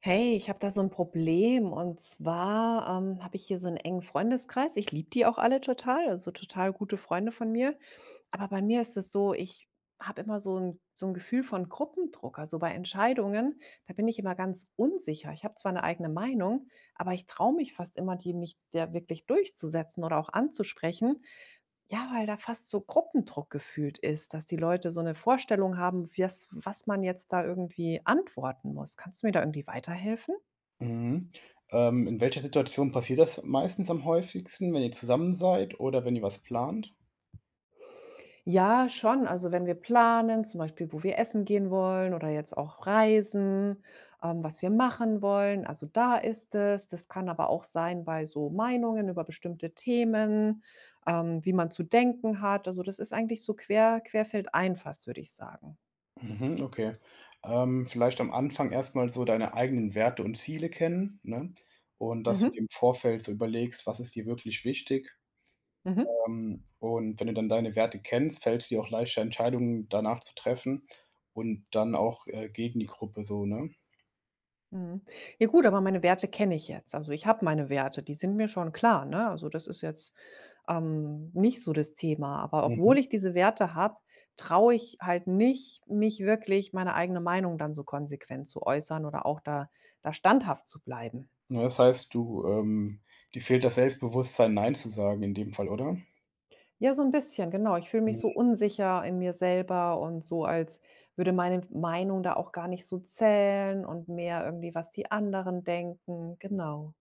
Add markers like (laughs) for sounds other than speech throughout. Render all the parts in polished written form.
Hey, ich habe da so ein Problem und zwar, habe ich hier so einen engen Freundeskreis. Ich liebe die auch alle total, also total gute Freunde von mir. Aber bei mir ist es so, ich habe immer so 'n Gefühl von Gruppendruck. Also bei Entscheidungen, da bin ich immer ganz unsicher. Ich habe zwar eine eigene Meinung, aber ich traue mich fast immer, die nicht da wirklich durchzusetzen oder auch anzusprechen. Ja, weil da fast so Gruppendruck gefühlt ist, dass die Leute so 'ne Vorstellung haben, wies was man jetzt da irgendwie antworten muss. Kannst du mir da irgendwie weiterhelfen? Mhm. In welcher Situation passiert das meistens am häufigsten, wenn ihr zusammen seid oder wenn ihr was plant? Ja, schon. Also, wenn wir planen, zum Beispiel, wo wir essen gehen wollen oder jetzt auch reisen, was wir machen wollen. Also, da ist es. Das kann aber auch sein bei so Meinungen über bestimmte Themen, wie man zu denken hat. Also, das ist eigentlich so querfeldein fast, würde ich sagen. Mhm, okay. Vielleicht am Anfang erstmal so deine eigenen Werte und Ziele kennen, ne? Und dass du dir Mhm. im Vorfeld so überlegst, was ist dir wirklich wichtig? Mhm. Und wenn du dann deine Werte kennst, fällt es dir auch leichter, Entscheidungen danach zu treffen und dann auch, gegen die Gruppe so, ne? Mhm. Ja gut, aber meine Werte kenne ich jetzt. Also, ich habe meine Werte, die sind mir schon klar, ne? Also, das ist jetzt, nicht so das Thema. Aber Mhm. obwohl ich diese Werte habe, traue ich halt nicht, mich wirklich meine eigene Meinung dann so konsequent zu äußern oder auch da standhaft zu bleiben. Ja, das heißt, du dir fehlt das Selbstbewusstsein, „nein“ zu sagen in dem Fall, oder? Ja, so ein bisschen, genau. Ich fühle mich so Mhm. unsicher in mir selber und so, als würde meine Meinung da auch gar nicht so zählen und mehr irgendwie, was die anderen denken, genau.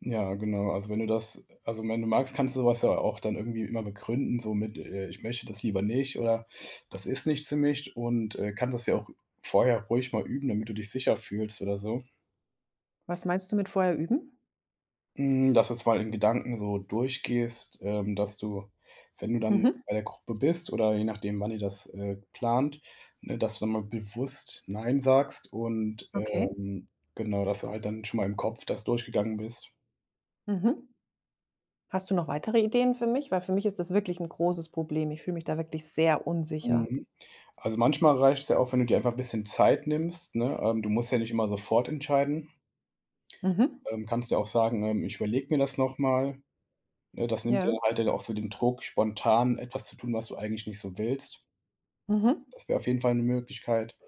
Ja, genau. Also, wenn du das also, wenn du magst, kannst du sowas ja auch dann irgendwie immer begründen, so mit, „Ich möchte das lieber nicht“ oder „Das ist nichts für mich“ und, kannst das ja auch vorher ruhig mal üben, damit du dich sicher fühlst oder so. Was meinst du mit vorher üben? Hm, dass du es mal in Gedanken so durchgehst, dass du, wenn du dann Mhm, bei der Gruppe bist oder je nachdem, wann ihr das, plant, ne, dass du dann mal bewusst „Nein“ sagst und, okay. Genau, dass du halt dann schon mal im Kopf das durchgegangen bist. Mhm. Hast du noch weitere Ideen für mich? Weil für mich ist das wirklich ein großes Problem. Ich fühle mich da wirklich sehr unsicher. Mhm. Also, manchmal reicht es ja auch, wenn du dir einfach ein bisschen Zeit nimmst, ne? Du musst ja nicht immer sofort entscheiden. Mhm. Kannst ja auch sagen, „Ich überlege mir das noch mal.“ Ne, das nimmt dir Ja. halt dann auch so den Druck, spontan etwas zu tun, was du eigentlich nicht so willst. Mhm. Das wäre auf jeden Fall eine Möglichkeit.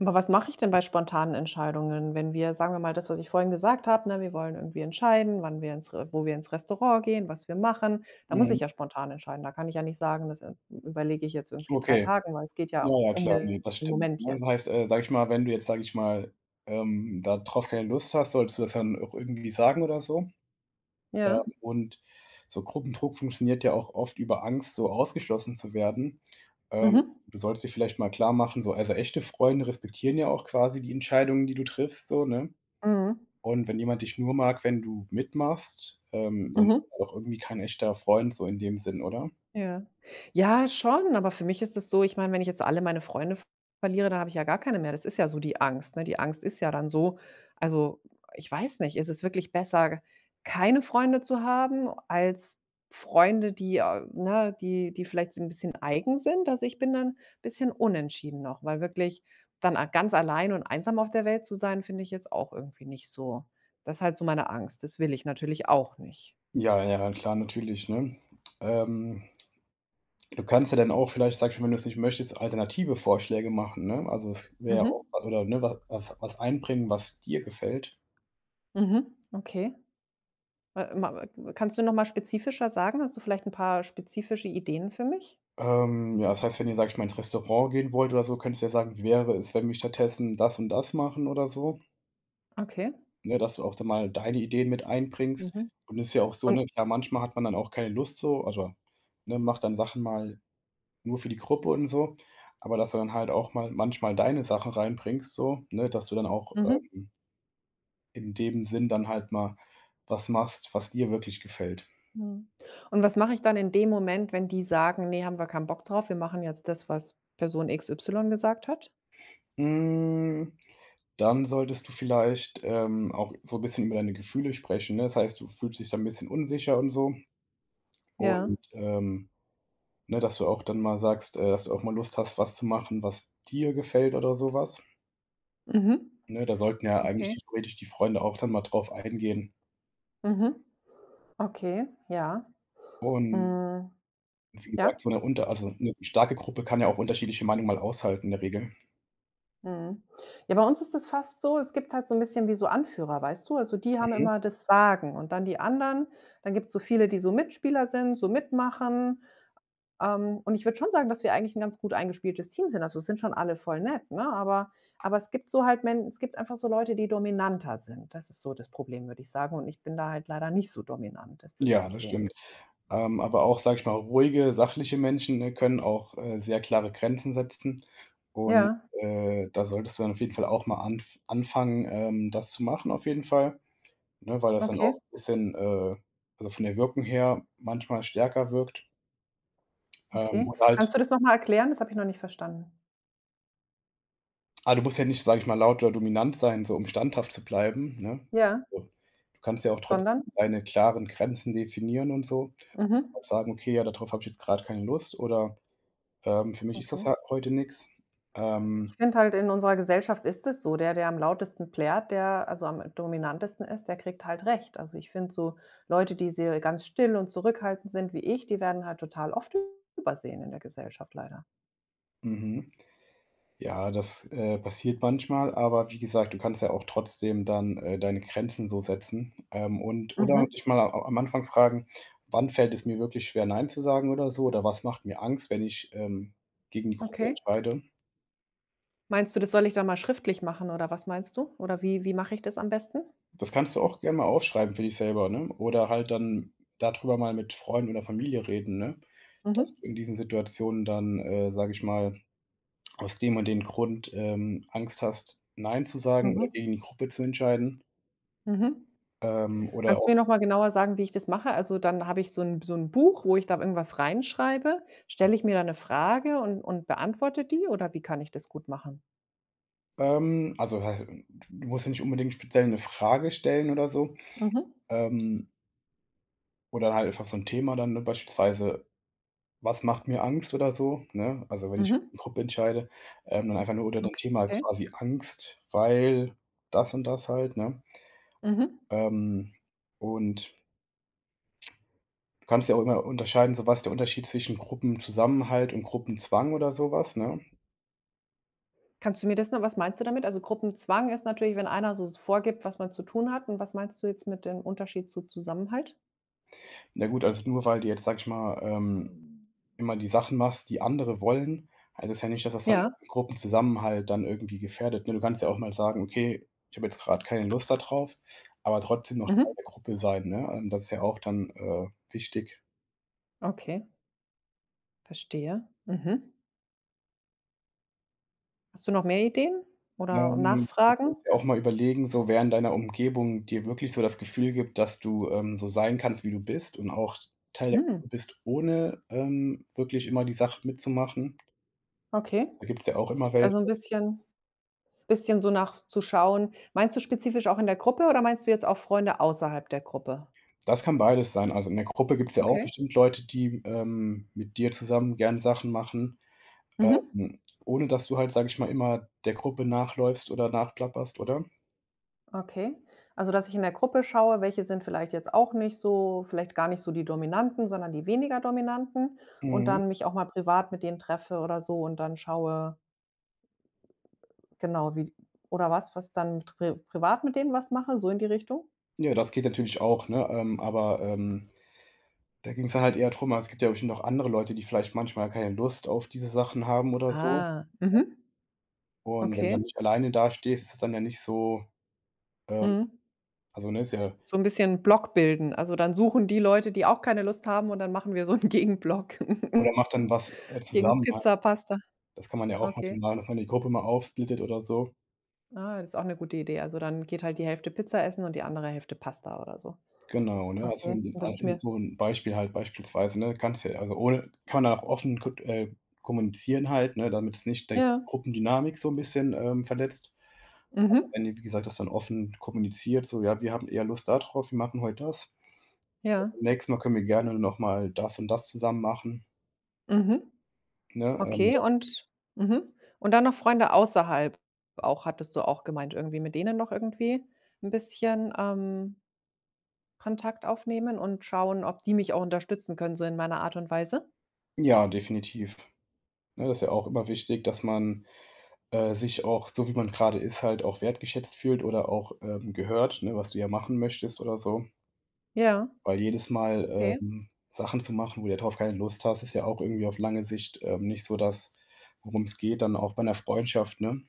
Aber was mache ich denn bei spontanen Entscheidungen, wenn wir sagen wir mal das, was ich vorhin gesagt habe, ne, wir wollen irgendwie entscheiden, wann wir ins Re wo wir ins Restaurant gehen, was wir machen. Da muss Mhm. ich ja spontan entscheiden. Da kann ich ja nicht sagen, das, überlege ich jetzt irgendwie in 3 Okay. Tagen, weil es geht Ja, ja ja, um klar, den ne, das stimmt. Moment Ne, das jetzt. heißt, wenn du jetzt, da drauf keine Lust hast, solltest du das dann auch irgendwie sagen oder so. Ähm, Ja. und so Gruppendruck funktioniert ja auch oft über Angst, so ausgeschlossen zu werden. Ähm, Mhm. du solltest dir vielleicht mal klar machen, so also echte Freunde respektieren ja auch quasi die Entscheidungen, die du triffst, so, ne? Mhm. Und wenn jemand dich nur mag, wenn du mitmachst, dann Mhm. auch irgendwie kein echter Freund so in dem Sinn, oder? Ja. Ja, schon, aber für mich ist es so ich meine, wenn ich jetzt alle meine Freunde verliere, dann habe ich ja gar keine mehr. Das ist ja so die Angst, ne? Die Angst ist ja dann so also, ich weiß nicht, ist es wirklich besser, keine Freunde zu haben als Freunde, die, ne, die vielleicht ein bisschen eigen sind? Also, ich bin dann ein bisschen unentschieden noch, weil wirklich dann a ganz allein und einsam auf der Welt zu sein, finde ich jetzt auch irgendwie nicht so. Das ist halt so meine Angst. Das will ich natürlich auch nicht. Ja, ja, klar, natürlich, ne? Ähm Du kannst ja dann auch vielleicht, sage ich mal, wenn du es nicht möchtest, alternative Vorschläge machen, ne? Also, es wäre ja auch Mhm. oder, ne, was was einbringen, was dir gefällt. Mhm. Okay. Ma Kannst du noch mal spezifischer sagen? Hast du vielleicht ein paar spezifische Ideen für mich? Ja, das heißt, wenn ihr, sage ich mal, ins Restaurant gehen wollt oder so, könntest du ja sagen: „Wie wäre es, wenn wir stattdessen das und das machen?“ oder so, Okay. ne, dass du auch dann mal deine Ideen mit einbringst. Mhm. Und es ist ja auch so, ne, Und klar, manchmal hat man dann auch keine Lust so, also, ne, macht dann Sachen mal nur für die Gruppe und so, aber dass du dann halt auch mal manchmal deine Sachen reinbringst so, ne, dass du dann auch, mhm, in dem Sinn dann halt mal was machst, was dir wirklich gefällt. mhm. Und was mache ich dann in dem Moment, wenn die sagen: nee, haben wir keinen Bock drauf, wir machen jetzt das, was Person XY gesagt hat?“ Hm, dann solltest du vielleicht, auch so ein bisschen über deine Gefühle sprechen, ne? Das heißt, du fühlst dich da ein bisschen unsicher und so Ja. und, ne, dass du auch dann mal sagst, dass du auch mal Lust hast, was zu machen, was dir gefällt oder sowas. Mhm. Ne? Da sollten ja eigentlich Okay. theoretisch die Freunde auch dann mal drauf eingehen. Mhm. Okay, ja. Und Hm, wie gesagt, ja. so eine unter also eine starke Gruppe kann ja auch unterschiedliche Meinungen mal aushalten in der Regel. Mhm. Ja, bei uns ist das fast so, es gibt halt so ein bisschen wie so Anführer, weißt du? Also, die haben Mhm. immer das Sagen und dann die anderen dann gibt es so viele, die so Mitspieler sind, so mitmachen. Und ich würde schon sagen, dass wir eigentlich ein ganz gut eingespieltes Team sind. Also, es sind schon alle voll nett, ne? Aber es gibt so halt Men es gibt einfach so Leute, die dominanter sind. Das ist so das Problem, würde ich sagen. Und ich bin da halt leider nicht so dominant, ist das Ja, das Problem. stimmt. Aber auch, sage ich mal, ruhige, sachliche Menschen, ne, können auch, sehr klare Grenzen setzen und, Ja, da solltest du dann auf jeden Fall auch mal anfangen, das zu machen auf jeden Fall, ne, weil das dann okay, auch ein bisschen, also von der Wirkung her manchmal stärker wirkt. Ähm, okay. und Kannst halt du das noch mal erklären? Das habe ich noch nicht verstanden. ah, du musst ja nicht, sage ich mal, laut oder dominant sein, so um standhaft zu bleiben, ne? Ja, So, du kannst ja auch trotzdem sondern? deine klaren Grenzen definieren und so. Mhm. Auch sagen: „Okay, ja, darauf habe ich jetzt gerade keine Lust“ oder für mich ist das Okay. halt heute nichts. Ich Ähm, finde halt, in unserer Gesellschaft ist es so, der am lautesten plärt, der also am dominantesten ist, der kriegt halt recht. Also, ich finde so Leute, die sehr ganz still und zurückhaltend sind wie ich, die werden halt total oft übersehen in der Gesellschaft leider. mhm. Ja, das, passiert manchmal, aber wie gesagt, du kannst ja auch trotzdem dann, deine Grenzen so setzen, und oder Mhm, dich mal a am Anfang fragen: „Wann fällt es mir wirklich schwer, nein zu sagen oder so oder was macht mir Angst, wenn ich, gegen die Gruppe okay. entscheide?“ Meinst du, das soll ich dann mal schriftlich machen oder was meinst du? Oder wie mache ich das am besten? Das kannst du auch gerne mal aufschreiben für dich selber, ne? Oder halt dann darüber mal mit Freunden oder Familie reden, ne? Dass Mhm, du in diesen Situationen dann, sage ich mal aus dem und dem Grund, Angst hast, nein zu sagen oder mhm, gegen die Gruppe zu entscheiden. mhm. Oder Kannst du auch mir noch mal genauer sagen, wie ich das mache? Also, dann habe ich so ein Buch, wo ich da irgendwas reinschreibe. Stelle ich mir da eine Frage und beantworte die oder wie kann ich das gut machen? Also, das heißt, du musst ja nicht unbedingt speziell eine Frage stellen oder so, Mhm. ähm, oder halt einfach so ein Thema dann, ne, beispielsweise: „Was macht mir Angst?“ oder so, ne? Also, wenn ich Mhm. gegen die Gruppe entscheide, dann einfach nur unter dem Thema Okay. quasi Angst, weil das und das halt, ne? Mhm. Ähm, und du kannst ja auch immer unterscheiden, so was ist der Unterschied zwischen Gruppenzusammenhalt und Gruppenzwang oder sowas, ne? Kannst du mir das noch was meinst du damit? Also, Gruppenzwang ist natürlich, wenn einer so vorgibt, was man zu tun hat. Und was meinst du jetzt mit dem Unterschied zu Zusammenhalt? Na gut, also nur weil du jetzt, sag ich mal, immer die Sachen machst, die andere wollen, heißt es ja nicht, dass das dann auch Ja. den Gruppenzusammenhalt dann irgendwie gefährdet, ne? Du kannst ja auch mal sagen: „Okay, ich habe jetzt gerade keine Lust da drauf“, aber trotzdem noch Teil Mhm. der Gruppe sein, ne? Das ist ja auch dann, wichtig. Okay, verstehe. Mhm. Hast du noch mehr Ideen oder Du Nachfragen? kannst ja auch mal überlegen, so wer in deiner Umgebung dir wirklich so das Gefühl gibt, dass du, so sein kannst, wie du bist und auch Teil der Hm, Gruppe bist, ohne, wirklich immer die Sachen mitzumachen. okay. Da gibt es ja auch immer Also, ein welche. Bisschen so nachzuschauen. Meinst du spezifisch auch in der Gruppe oder meinst du jetzt auch Freunde außerhalb der Gruppe? Das kann beides sein. Also, in der Gruppe gibt es ja auch Okay. bestimmt Leute, die, mit dir zusammen gern Sachen machen, Mhm. Ohne dass du halt, sage ich mal, immer der Gruppe nachläufst oder nachplapperst, oder? Okay. Also, dass ich in der Gruppe schaue, welche sind vielleicht gar nicht so die Dominanten, sondern die weniger Dominanten und Mhm. dann mich auch mal privat mit denen treffe oder so und dann schaue genau, wie oder was dann privat mit denen was mache, so in die Richtung? Ja, das geht natürlich auch, ne? Da ging es halt eher drum also, es gibt ja bestimmt auch andere Leute, die vielleicht manchmal keine Lust auf diese Sachen haben oder so. Ah. Mhm. Und wenn du dann Okay. nicht alleine dastehst, ist es dann ja nicht so, ähm Mhm. also, ne, ist ja So 'n bisschen Block bilden. Also, dann suchen die Leute, die auch keine Lust haben und dann machen wir so 'n Gegenblock. oder (laughs) macht dann was, Gegen zusammen halt. Pizza, Pasta. Das kann man ja auch mal so Okay. machen, dass man die Gruppe mal aufsplittet oder so. Ah, das ist auch eine gute Idee. Also, dann geht halt die Hälfte Pizza essen und die andere Hälfte Pasta oder so. Genau, ne? Also, Okay, in und dass ich mir so 'n Beispiel halt beispielsweise, ne? Kannst ja also, ohne kann man auch offen ko kommunizieren halt, ne, damit es nicht die ja, Gruppendynamik so 'n bisschen, verletzt. mhm, Wenn ihr, wie gesagt, das dann offen kommuniziert, so: „Ja, wir haben eher Lust da drauf, wir machen heute das. ja, Beim nächsten Mal können wir gerne noch mal das und das zusammen machen“, mhm, ne? Okay Das und mhm. Und dann noch Freunde außerhalb auch, hattest du auch gemeint, irgendwie mit denen noch irgendwie ein bisschen, Kontakt aufnehmen und schauen, ob die mich auch unterstützen können, so in meiner Art und Weise? ja, definitiv. Ne, das ist ja auch immer wichtig, dass man, sich auch, so wie man grade ist, halt auch wertgeschätzt fühlt oder auch, gehört, ne, was du ja machen möchtest oder so. Ja, Weil jedes Mal, okay. Sachen zu machen, wo du drauf keine Lust hast, ist ja auch irgendwie auf lange Sicht, nicht so das, worum es geht, dann auch bei einer Freundschaft, ne?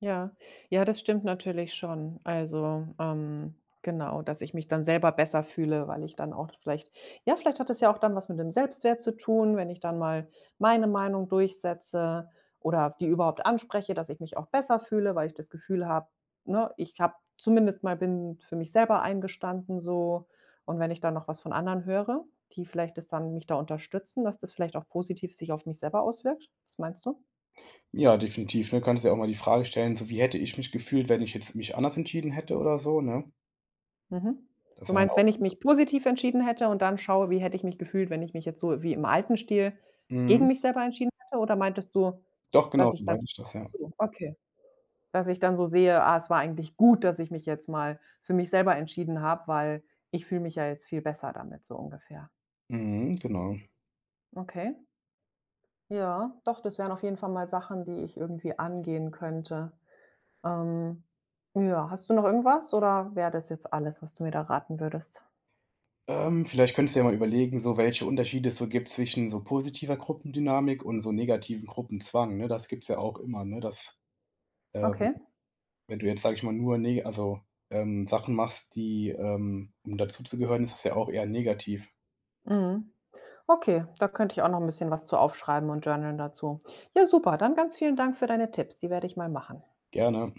Ja, ja, das stimmt natürlich schon. Also, genau, dass ich mich dann selber besser fühle, weil ich dann auch vielleicht ja, vielleicht hat es ja auch dann was mit dem Selbstwert zu tun, wenn ich dann mal meine Meinung durchsetze oder die überhaupt anspreche, dass ich mich auch besser fühle, weil ich das Gefühl habe, ne, ich habe zumindest mal bin für mich selber eingestanden so. Und wenn ich dann noch was von anderen höre, die vielleicht es dann mich da unterstützen, dass das vielleicht auch positiv sich auf mich selber auswirkt? Was meinst du? Ja, definitiv, ne? Kannst dir auch mal die Frage stellen, so: „Wie hätte ich mich gefühlt, wenn ich jetzt mich anders entschieden hätte?“ oder so, ne? Mhm. Das ist Du ja dann meinst, auch wenn ich mich positiv entschieden hätte und dann schaue, wie hätte ich mich gefühlt, wenn ich mich jetzt so wie im alten Stil mhm. gegen mich selber entschieden hätte? Oder meintest du, Doch, genau dass so ich dann meinte ich das, ja. so, okay, dass ich dann so sehe: „Ah, es war eigentlich gut, dass ich mich jetzt mal für mich selber entschieden habe, weil ich fühle mich ja jetzt viel besser damit“, so ungefähr. Mhm, genau. Okay. Ja, doch, das wären auf jeden Fall mal Sachen, die ich irgendwie angehen könnte. Ähm, ja, hast du noch irgendwas oder wäre das jetzt alles, was du mir da raten würdest? Vielleicht könntest du ja mal überlegen, so welche Unterschiede es so gibt zwischen so positiver Gruppendynamik und so negativen Gruppenzwang, ne? Das gibt's ja auch immer, ne, dass, ähm Okay. wenn du jetzt, sage ich mal, nur neg also, Sachen machst, die um dazuzugehören, ist das ja auch eher negativ. Mhm. Okay, da könnte ich auch noch ein bisschen was zu aufschreiben und journalen dazu. Ja, super, dann ganz vielen Dank für deine Tipps. Die werde ich mal machen. Gerne.